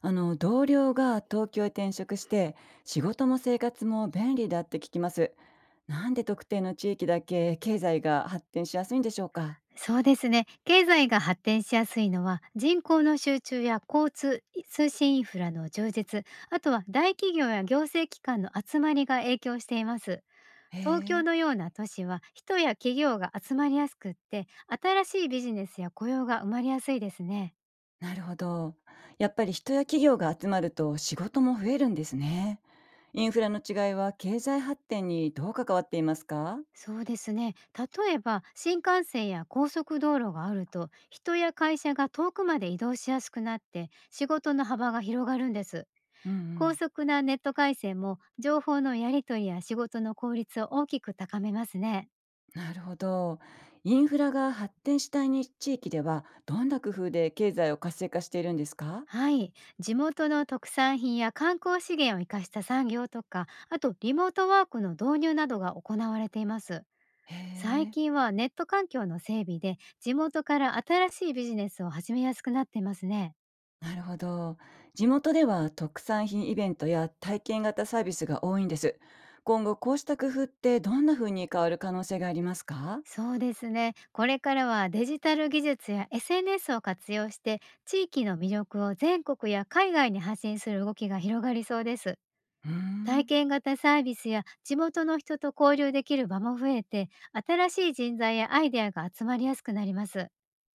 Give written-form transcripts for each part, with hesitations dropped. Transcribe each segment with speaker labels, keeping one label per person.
Speaker 1: 同僚が東京へ転職して仕事も生活も便利だって聞きます。なんで特定の地域だけ経済が発展しやすいんでしょうか？
Speaker 2: そうですね。経済が発展しやすいのは人口の集中や交通、通信インフラの充実、あとは大企業や行政機関の集まりが影響しています。
Speaker 1: へ
Speaker 2: 東京
Speaker 1: え、
Speaker 2: のような都市は人や企業が集まりやすくって、新しいビジネスや雇用が生まれやすいですね。
Speaker 1: なるほど。やっぱり人や企業が集まると仕事も増えるんですね。インフラの違いは経済発展にどう関わっていますか？
Speaker 2: そうですね。例えば新幹線や高速道路があると、人や会社が遠くまで移動しやすくなって、仕事の幅が広がるんです。
Speaker 1: うんう
Speaker 2: 高
Speaker 1: ん。
Speaker 2: 速なネット回線も情報のやり取りや仕事の効率を大きく高めますね。
Speaker 1: なるほど。インフラが発展したいに地域ではどんな工夫で経済を活性化しているんですか？
Speaker 2: はい。地元の特産品や観光資源を生かした産業とか、あとリモートワークの導入などが行われています。
Speaker 1: へ
Speaker 2: 最
Speaker 1: え。
Speaker 2: 近はネット環境の整備で地元から新しいビジネスを始めやすくなっていますね。
Speaker 1: なるほど。地元では特産品イベントや体験型サービスが多いんです。今後こうした工夫ってどんな風に変わる可能性がありますか？
Speaker 2: そうですね。これからはデジタル技術や SNS を活用して地域の魅力を全国や海外に発信する動きが広がりそうです。
Speaker 1: うー
Speaker 2: 体
Speaker 1: ん、
Speaker 2: 験型サービスや地元の人と交流できる場も増えて、新しい人材やアイデアが集まりやすくなります。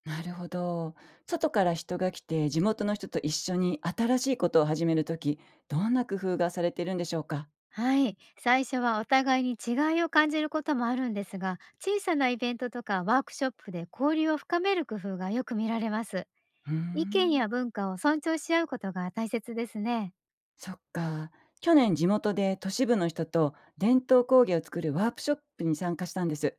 Speaker 1: なるほど。外から人が来て地元の人と一緒に新しいことを始めるとき、どんな工夫がされているんでしょうか？
Speaker 2: はい。最初はお互いに違いを感じることもあるんですが、小さなイベントとかワークショップで交流を深める工夫がよく見られます。
Speaker 1: うー
Speaker 2: 意見
Speaker 1: ん、
Speaker 2: や文化を尊重し合うことが大切ですね。
Speaker 1: そっか。去年地元で都市部の人と伝統工芸を作るワープショップに参加したんです。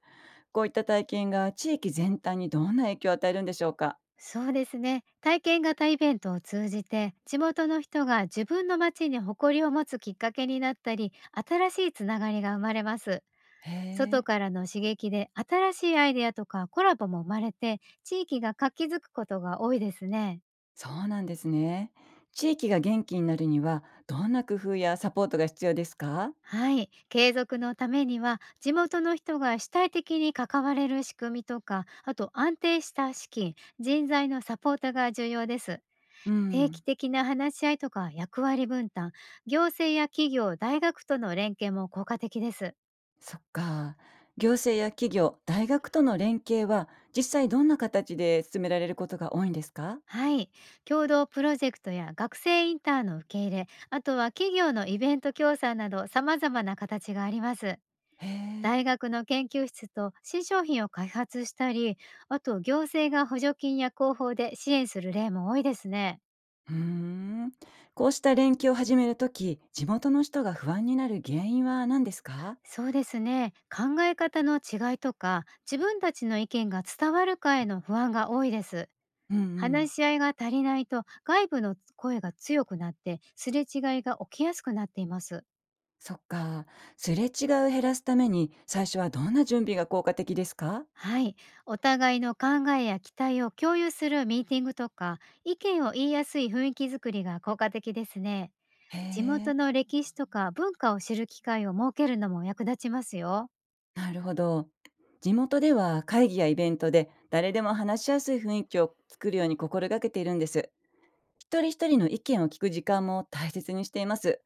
Speaker 1: こういった体験が地域全体にどんな影響を与えるんでしょうか？
Speaker 2: そうですね。体験型イベントを通じて、地元の人が自分の街に誇りを持つきっかけになったり、新しいつながりが生まれます。
Speaker 1: へ
Speaker 2: 外
Speaker 1: え。
Speaker 2: からの刺激で新しいアイデアとかコラボも生まれて、地域が活気づくことが多いですね。
Speaker 1: そうなんですね。地域が元気になるには、どんな工夫やサポートが必要ですか？
Speaker 2: はい。継続のためには、地元の人が主体的に関われる仕組みとか、あと安定した資金、人材のサポートが重要です。
Speaker 1: う
Speaker 2: 定期
Speaker 1: ん、
Speaker 2: 的な話し合いとか役割分担、行政や企業、大学との連携も効果的です。
Speaker 1: そっか。行政や企業、大学との連携は、実際どんな形で進められることが多いんですか？
Speaker 2: はい。共同プロジェクトや学生インターンの受け入れ、あとは企業のイベント協賛など様々な形があります。
Speaker 1: へえ。
Speaker 2: 大学の研究室と新商品を開発したり、あと行政が補助金や広報で支援する例も多いですね。
Speaker 1: うーん。こうした連携を始めるとき、地元の人が不安になる原因は何ですか？
Speaker 2: そうですね。考え方の違いとか、自分たちの意見が伝わるかへの不安が多いです。
Speaker 1: うんうん。
Speaker 2: 話し合いが足りないと外部の声が強くなって、すれ違いが起きやすくなっています。
Speaker 1: そっか。すれ違いを減らすために、最初はどんな準備が効果的ですか？
Speaker 2: はい。お互いの考えや期待を共有するミーティングとか、意見を言いやすい雰囲気づくりが効果的ですね。
Speaker 1: へ
Speaker 2: 地元
Speaker 1: え。
Speaker 2: の歴史とか文化を知る機会を設けるのも役立ちますよ。
Speaker 1: なるほど。地元では会議やイベントで誰でも話しやすい雰囲気を作るように心がけているんです。一人一人の意見を聞く時間も大切にしています。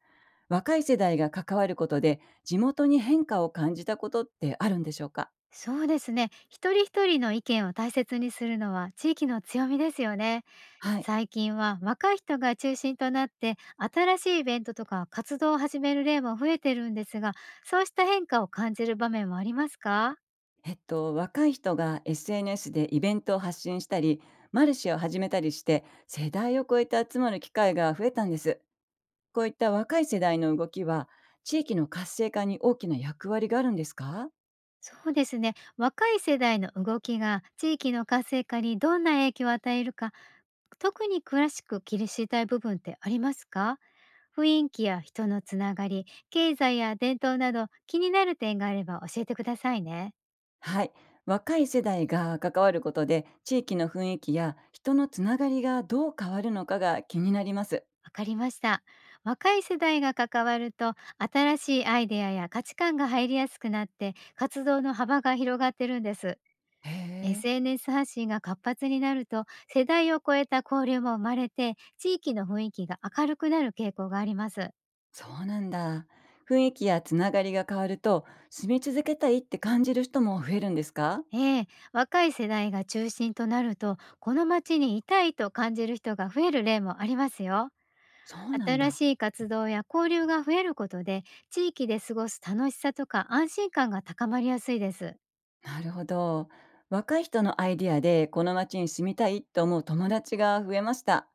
Speaker 1: 若い世代が関わることで地元に変化を感じたことってあるんでしょうか？
Speaker 2: そうですね。一人一人の意見を大切にするのは地域の強みですよね。
Speaker 1: はい。
Speaker 2: 最近は若い人が中心となって新しいイベントとか活動を始める例も増えてるんですが、そうした変化を感じる場面もありますか？
Speaker 1: 若い人が SNS でイベントを発信したり、マルシェを始めたりして、世代を超えて集まる機会が増えたんです。こういった若い世代の動きは、地域の活性化に大きな役割があるんですか？
Speaker 2: そうですね。若い世代の動きが地域の活性化にどんな影響を与えるか、特に詳しく切り知りたい部分ってありますか？雰囲気や人のつながり、経済や伝統など気になる点があれば教えてくださいね。
Speaker 1: はい。若い世代が関わることで、地域の雰囲気や人のつながりがどう変わるのかが気になります。
Speaker 2: わかりました。若い世代が関わると新しいアイデアや価値観が入りやすくなって、活動の幅が広がってるんです。
Speaker 1: へえ。
Speaker 2: SNS 発信が活発になると、世代を超えた交流も生まれて地域の雰囲気が明るくなる傾向があります。
Speaker 1: そうなんだ。雰囲気やつながりが変わると、住み続けたいって感じる人も増えるんですか？
Speaker 2: ええ、若い世代が中心となるとこの街にいたいと感じる人が増える例もありますよ。
Speaker 1: そうなん
Speaker 2: 新し
Speaker 1: だ。
Speaker 2: い活動や交流が増えることで、地域で過ごす楽しさとか安心感が高まりやすいです。
Speaker 1: なるほど。若い人のアイディアでこの街に住みたいと思う友達が増えました。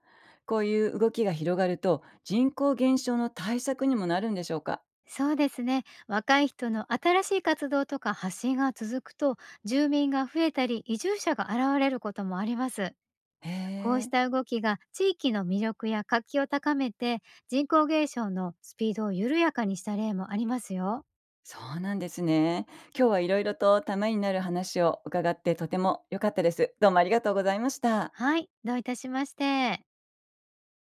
Speaker 1: こういう動きが広がると人口減少の対策にもなるんでしょうか？
Speaker 2: そうですね。若い人の新しい活動とか発信が続くと、住民が増えたり移住者が現れることもあります。
Speaker 1: へ
Speaker 2: こうし
Speaker 1: え。
Speaker 2: た動きが地域の魅力や活気を高めて、人口減少のスピードを緩やかにした例もありますよ。
Speaker 1: そうなんですね。今日はいろいろとためになる話を伺ってとても良かったです。どうもありがとうございました。
Speaker 2: はい、どういたしまして。